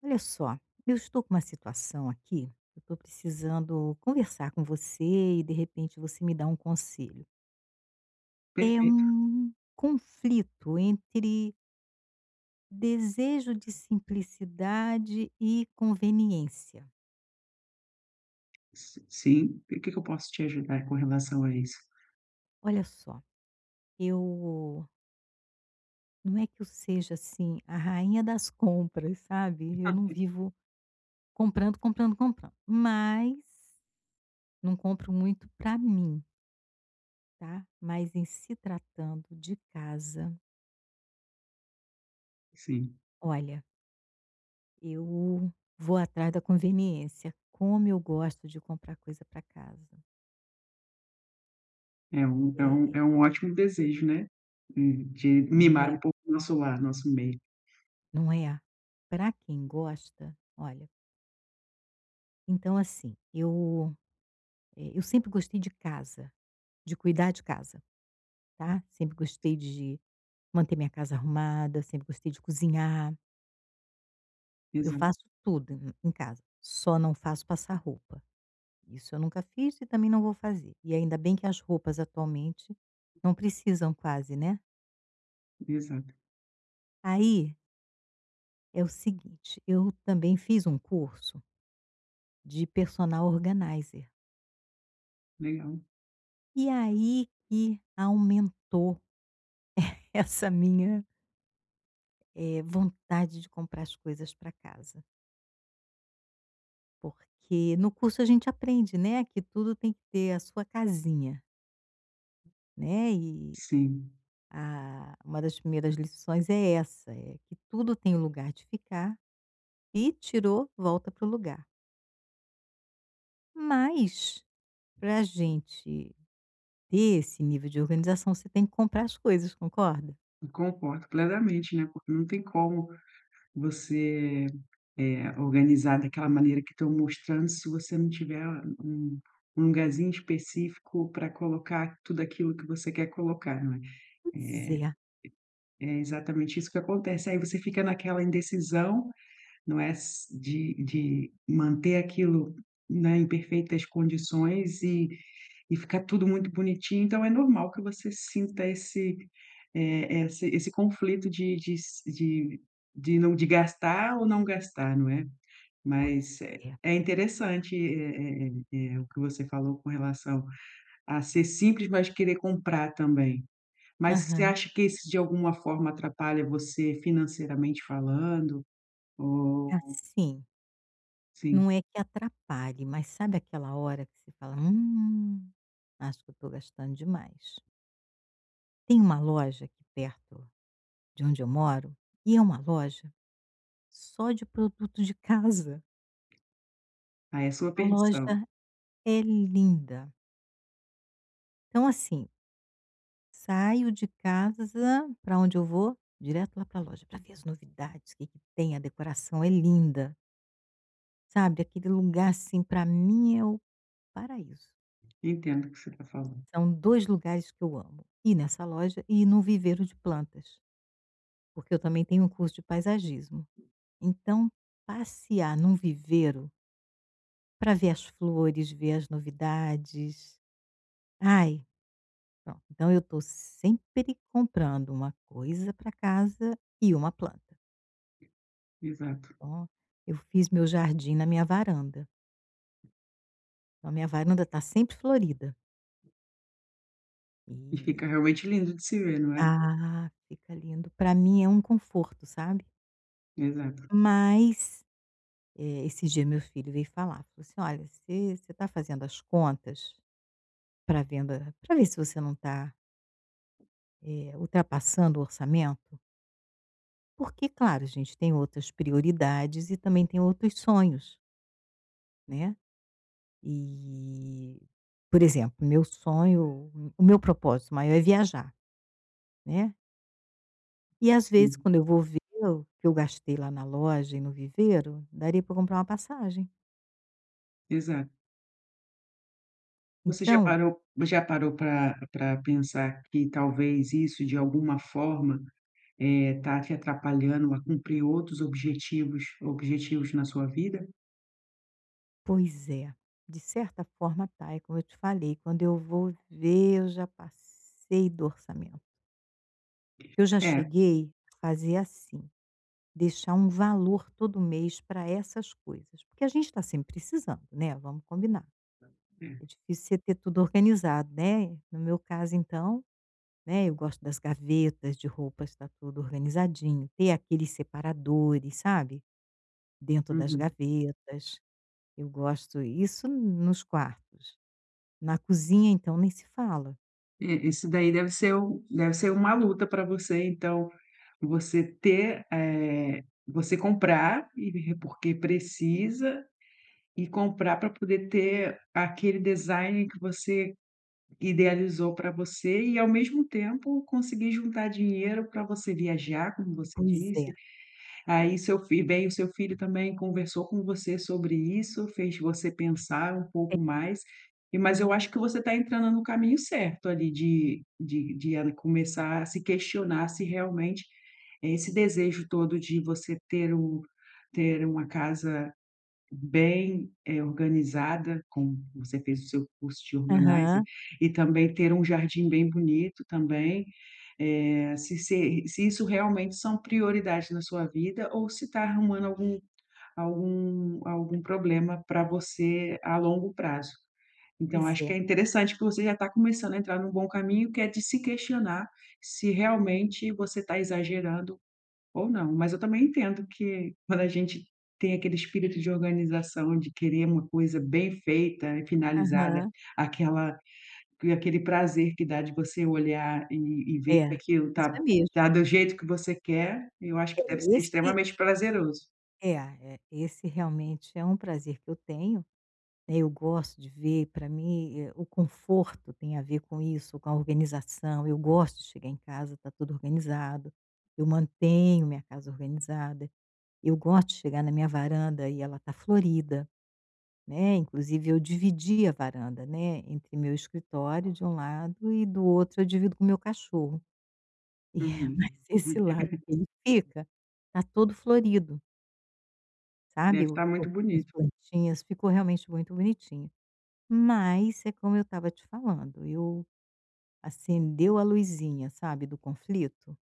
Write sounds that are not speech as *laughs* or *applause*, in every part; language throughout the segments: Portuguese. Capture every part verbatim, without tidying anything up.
Olha só, eu estou com uma situação aqui, eu estou precisando conversar com você e de repente você me dá um conselho. É Perfeito. um conflito entre desejo de simplicidade e conveniência. Si sim, e o que que eu posso te ajudar com relação a isso? Olha só, eu não é que eu seja assim a rainha das compras, sabe? Eu não vivo comprando, comprando, comprando, mas não compro muito para mim, tá? Mas em se tratando de casa, Sim, olha, eu vou atrás da conveniência. Como eu gosto de comprar coisa para casa. é um é um É. é um ótimo desejo, né, hum, de Não mimar é? um pouco o nosso lar, nosso meio. Não é? Para quem gosta, olha, então assim, eu, eh, eu sempre gostei de casa, de cuidar de casa, tá. Sempre gostei de manter minha casa arrumada, sempre gostei de cozinhar. Eu Exato, faço tudo em em casa, só não faço passar roupa. Isso eu nunca fiz e também não vou fazer. E ainda bem que as roupas atualmente não precisam quase, né. exato, Aí é o seguinte, eu também fiz um curso de personal organizer. legal. E aí que aumentou *laughs* essa minha, eh, vontade de comprar as coisas para casa. Porque no curso a gente aprende, né, que tudo tem que ter a sua casinha, né, e Sim, a uma das primeiras lições é essa, é que tudo tem o lugar de ficar e tirou, volta para o lugar. Mas, para a gente ter esse nível de organização, você tem que comprar as coisas, concorda? eu concordo plenamente, né, porque não tem como você, eh, organizar daquela maneira que estão mostrando se você não tiver um um lugarzinho específico para colocar tudo aquilo que você quer colocar, não é. Pois é, É exatamente isso que acontece, aí você fica naquela indecisão, não é? De, de manter aquilo, né, em perfeitas condições e, e ficar tudo muito bonitinho. Então, é normal que você sinta esse, é, esse, esse conflito de, de, de, de, não, de gastar ou não gastar, não é? pois Mas é, é. é interessante é, é, é, é, o que você falou com relação a ser simples, mas querer comprar também. Mas você Aham. acha que isso de alguma forma atrapalha você financeiramente falando? Ou, É assim. sim. Não é que atrapalhe, mas sabe aquela hora que você fala: "Hum, acho que eu estou gastando demais". Tem uma loja aqui perto de onde eu moro, e é uma loja só de produto de casa. Aí é sua A loja perdição. é linda. Então, assim, saio de casa para onde eu vou? Direto lá para a loja, para ver as novidades, o que que tem, a decoração é linda. Sabe, aquele lugar, assim, para mim é o paraíso. Entendo o que você está falando. São dois lugares que eu amo: ir nessa loja e ir num viveiro de plantas, porque eu também tenho um curso de paisagismo. Então, passear num viveiro para ver as flores, ver as novidades, ai, pronto. Então eu estou sempre comprando uma coisa para casa e uma planta. Exato. Então, eu fiz meu jardim na minha varanda. Então a minha varanda está sempre florida. E E fica realmente lindo de se ver, não é? ah, fica lindo. Pra mim é um conforto, sabe. Exato. Mas, eh, esse dia meu filho veio falar, falou assim: "Olha, você está fazendo as contas para venda para ver se você não está ultrapassando o orçamento?" Porque, claro, a gente tem outras prioridades e também tem outros sonhos, né. E, por exemplo, meu sonho, o meu propósito maior é viajar, né. E às vezes Sim, quando eu vou ver o que eu gastei lá na loja e no viveiro, daria para comprar uma passagem. exato. Você já Então, parou já parou para para pensar que talvez isso, de alguma forma, está te atrapalhando a cumprir outros objetivos objetivos na sua vida? pois é, de certa forma tá, é como eu te falei, quando eu vou ver eu já passei do orçamento. Eu já É, cheguei a fazer assim, deixar um valor todo mês para essas coisas, porque a gente está sempre precisando, né, vamos combinar. é. É difícil você ter tudo organizado, né. No meu caso então, né, eu gosto das gavetas de roupas tá tudo organizadinho, ter aqueles separadores, sabe, dentro das Uhum. gavetas. Eu gosto isso nos quartos. Na cozinha então nem se fala. E isso daí deve ser um deve ser uma luta para você, então, você ter, eh, você comprar e porque precisa. E comprar para poder ter aquele design que você idealizou para você e, ao mesmo tempo, conseguir juntar dinheiro para você viajar, como você Pois é. disse. Aí seu filho bem, o seu filho também conversou com você sobre isso, fez você pensar um É. pouco mais. E mas eu acho que você está entrando no caminho certo ali de de de a começar a se questionar se realmente é esse desejo todo de você ter um ter uma casa bem, eh, organizada, como você fez o seu curso de organizer, Aham. e também ter um jardim bem bonito também, eh, se se se isso realmente são prioridades na sua vida ou se está arrumando algum algum algum problema para você a longo prazo. Então Pois acho é. que é interessante que você já está começando a entrar num bom caminho, que é de se questionar se realmente você está exagerando ou não, mas eu também entendo que quando a gente tem aquele espírito de organização, de querer uma coisa bem feita e finalizada, Aham. aquela aquele prazer que dá de você olhar e e ver É, que aquilo isso tá é tá mesmo. do jeito que você quer, eu acho que É, deve ser esse extremamente prazeroso. é, é, esse realmente é um prazer que eu tenho. Né, eu gosto de ver, para mim, eh, o conforto tem a ver com isso, com a organização. Eu gosto de chegar em casa, tá tudo organizado. Eu mantenho minha casa organizada. Eu gosto de chegar na minha varanda e ela tá florida, né? Inclusive eu dividi a varanda, né, entre meu escritório de um lado e do outro eu divido com o meu cachorro. E *laughs* mas Uhum. esse lado que ele fica tá todo florido, sabe? Deve Eu estar muito coloquei minhas bonito. plantinhas, ficou realmente muito bonitinho. Mas é como eu estava te falando, eu acendeu a luzinha, sabe, do conflito.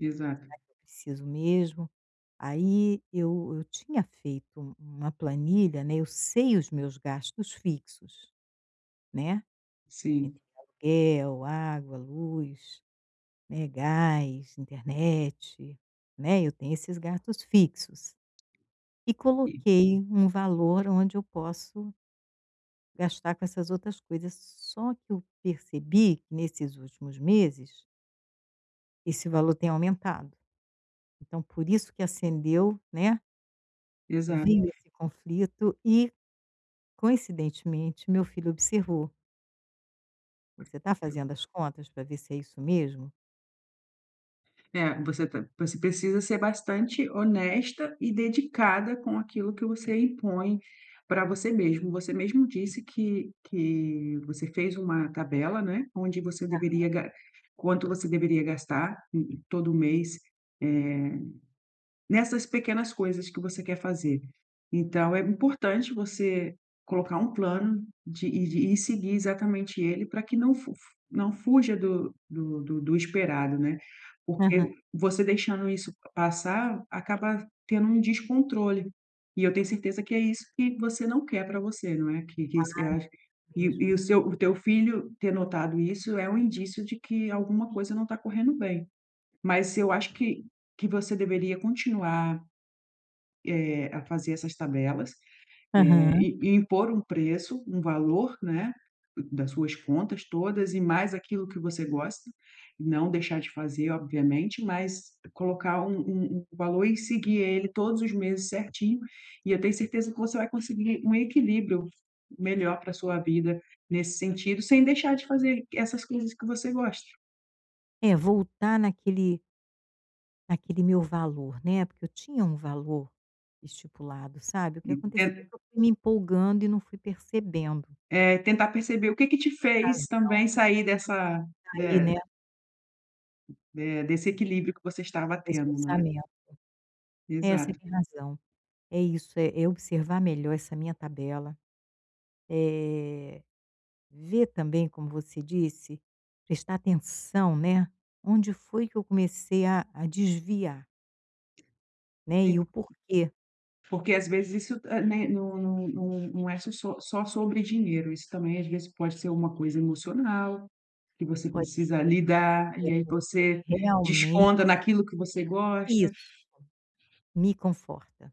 Exato. Eu preciso mesmo. Aí eu eu tinha feito uma planilha, né, eu sei os meus gastos fixos, né, Sim. entre aluguel, água, luz, né, gás, internet, né, eu tenho esses gastos fixos. E E coloquei um valor onde eu posso gastar com essas outras coisas, só que eu percebi que nesses últimos meses esse valor tem aumentado. Então por isso que acendeu, né, exato. veio esse conflito e, coincidentemente, meu filho observou: "Você está fazendo as contas para ver se é isso mesmo?". É, você tá você precisa ser bastante honesta e dedicada com aquilo que você impõe para você mesmo. Você mesmo disse que que você fez uma tabela, né, onde você deveria ga quanto você deveria gastar em todo mês, eh, nessas pequenas coisas que você quer fazer. Então é importante você colocar um plano de e de e seguir exatamente ele para que não fu não fuja do do do do esperado, né. "Aham, Porque você deixando isso passar, acaba tendo um descontrole. E eu tenho certeza que é isso que você não quer para você, não é, que que você acha. E e mesmo". o seu o teu filho ter notado isso é um indício de que alguma coisa não está correndo bem. Mas eu acho que que você deveria continuar, eh, a fazer essas tabelas, eh, "Aham". e e impor um preço, um valor, né, das suas contas todas e mais aquilo que você gosta, não deixar de fazer, obviamente, mas colocar um um um valor e seguir ele todos os meses certinho, e eu tenho certeza que você vai conseguir um equilíbrio melhor para sua vida nesse sentido, sem deixar de fazer essas coisas que você gosta. É, voltar naquele naquele meu valor, né, porque eu tinha um valor estipulado, sabe. O que aconteceu é E que eu fui me empolgando e não fui percebendo. é, tentar perceber o que que te Tem fez razão também sair dessa de aí, né, de desse equilíbrio que você estava desse tendo, não é. orçamento. É, você Exato. tem razão. É isso, é, é observar melhor essa minha tabela. É, ver também, como você disse, prestar atenção, né, onde foi que eu comecei a a desviar, né, Sim, e o porquê. porque às vezes isso, eh, né, não não não não é só só sobre dinheiro, isso também às vezes pode ser uma coisa emocional, que você Pode precisa ser, lidar, é e aí porque você realmente desconta naquilo que você gosta. isso me conforta.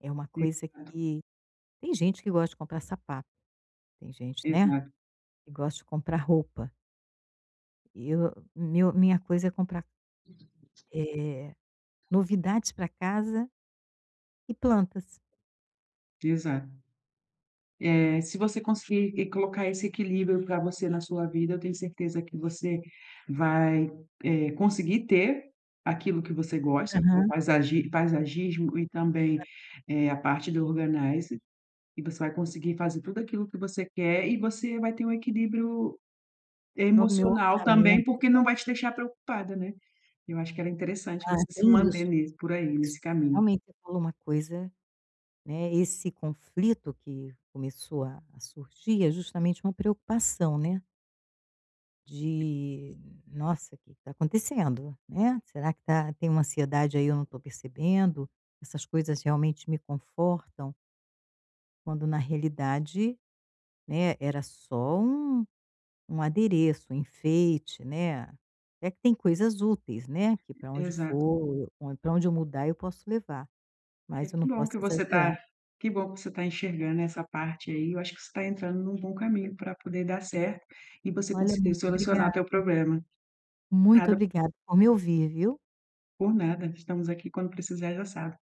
É uma coisa Exato, que tem gente que gosta de comprar sapato, tem gente, né, exato, que gosta de comprar roupa. Eu meu minha coisa é comprar, eh, novidades para casa e plantas. exato. É, se você conseguir e colocar esse equilíbrio para você na sua vida, eu tenho certeza que você vai, eh, conseguir ter aquilo que você gosta, que é o Aham. paisagi paisagismo e também, eh, a parte do organizer, e você vai conseguir fazer tudo aquilo que você quer e você vai ter um equilíbrio No meu emocional também, orçamento porque não vai te deixar preocupada, né. Eu acho que era interessante ah, você se tem manter isso. nisso por aí, Isso nesse caminho. realmente você falou uma coisa. Né, esse conflito que começou a a surgir é justamente uma preocupação, né, de: "Nossa, o que está acontecendo?", né, "Será que tá tem uma ansiedade aí eu não estou percebendo? Essas coisas realmente me confortam?", quando na realidade, né, era só um um adereço, um enfeite, né. É que tem coisas úteis, né, que para onde Exato. for, para onde eu mudar eu posso levar, É, mas eu que não bom posso que você exagerar. está, que bom que você está enxergando essa parte aí, eu acho que você está entrando num bom caminho para poder dar certo e você Olha, conseguir muito solucionar o obrigada. teu problema. Muito Nada obrigada por me ouvir, viu. por nada, estamos aqui, quando precisar já sabe.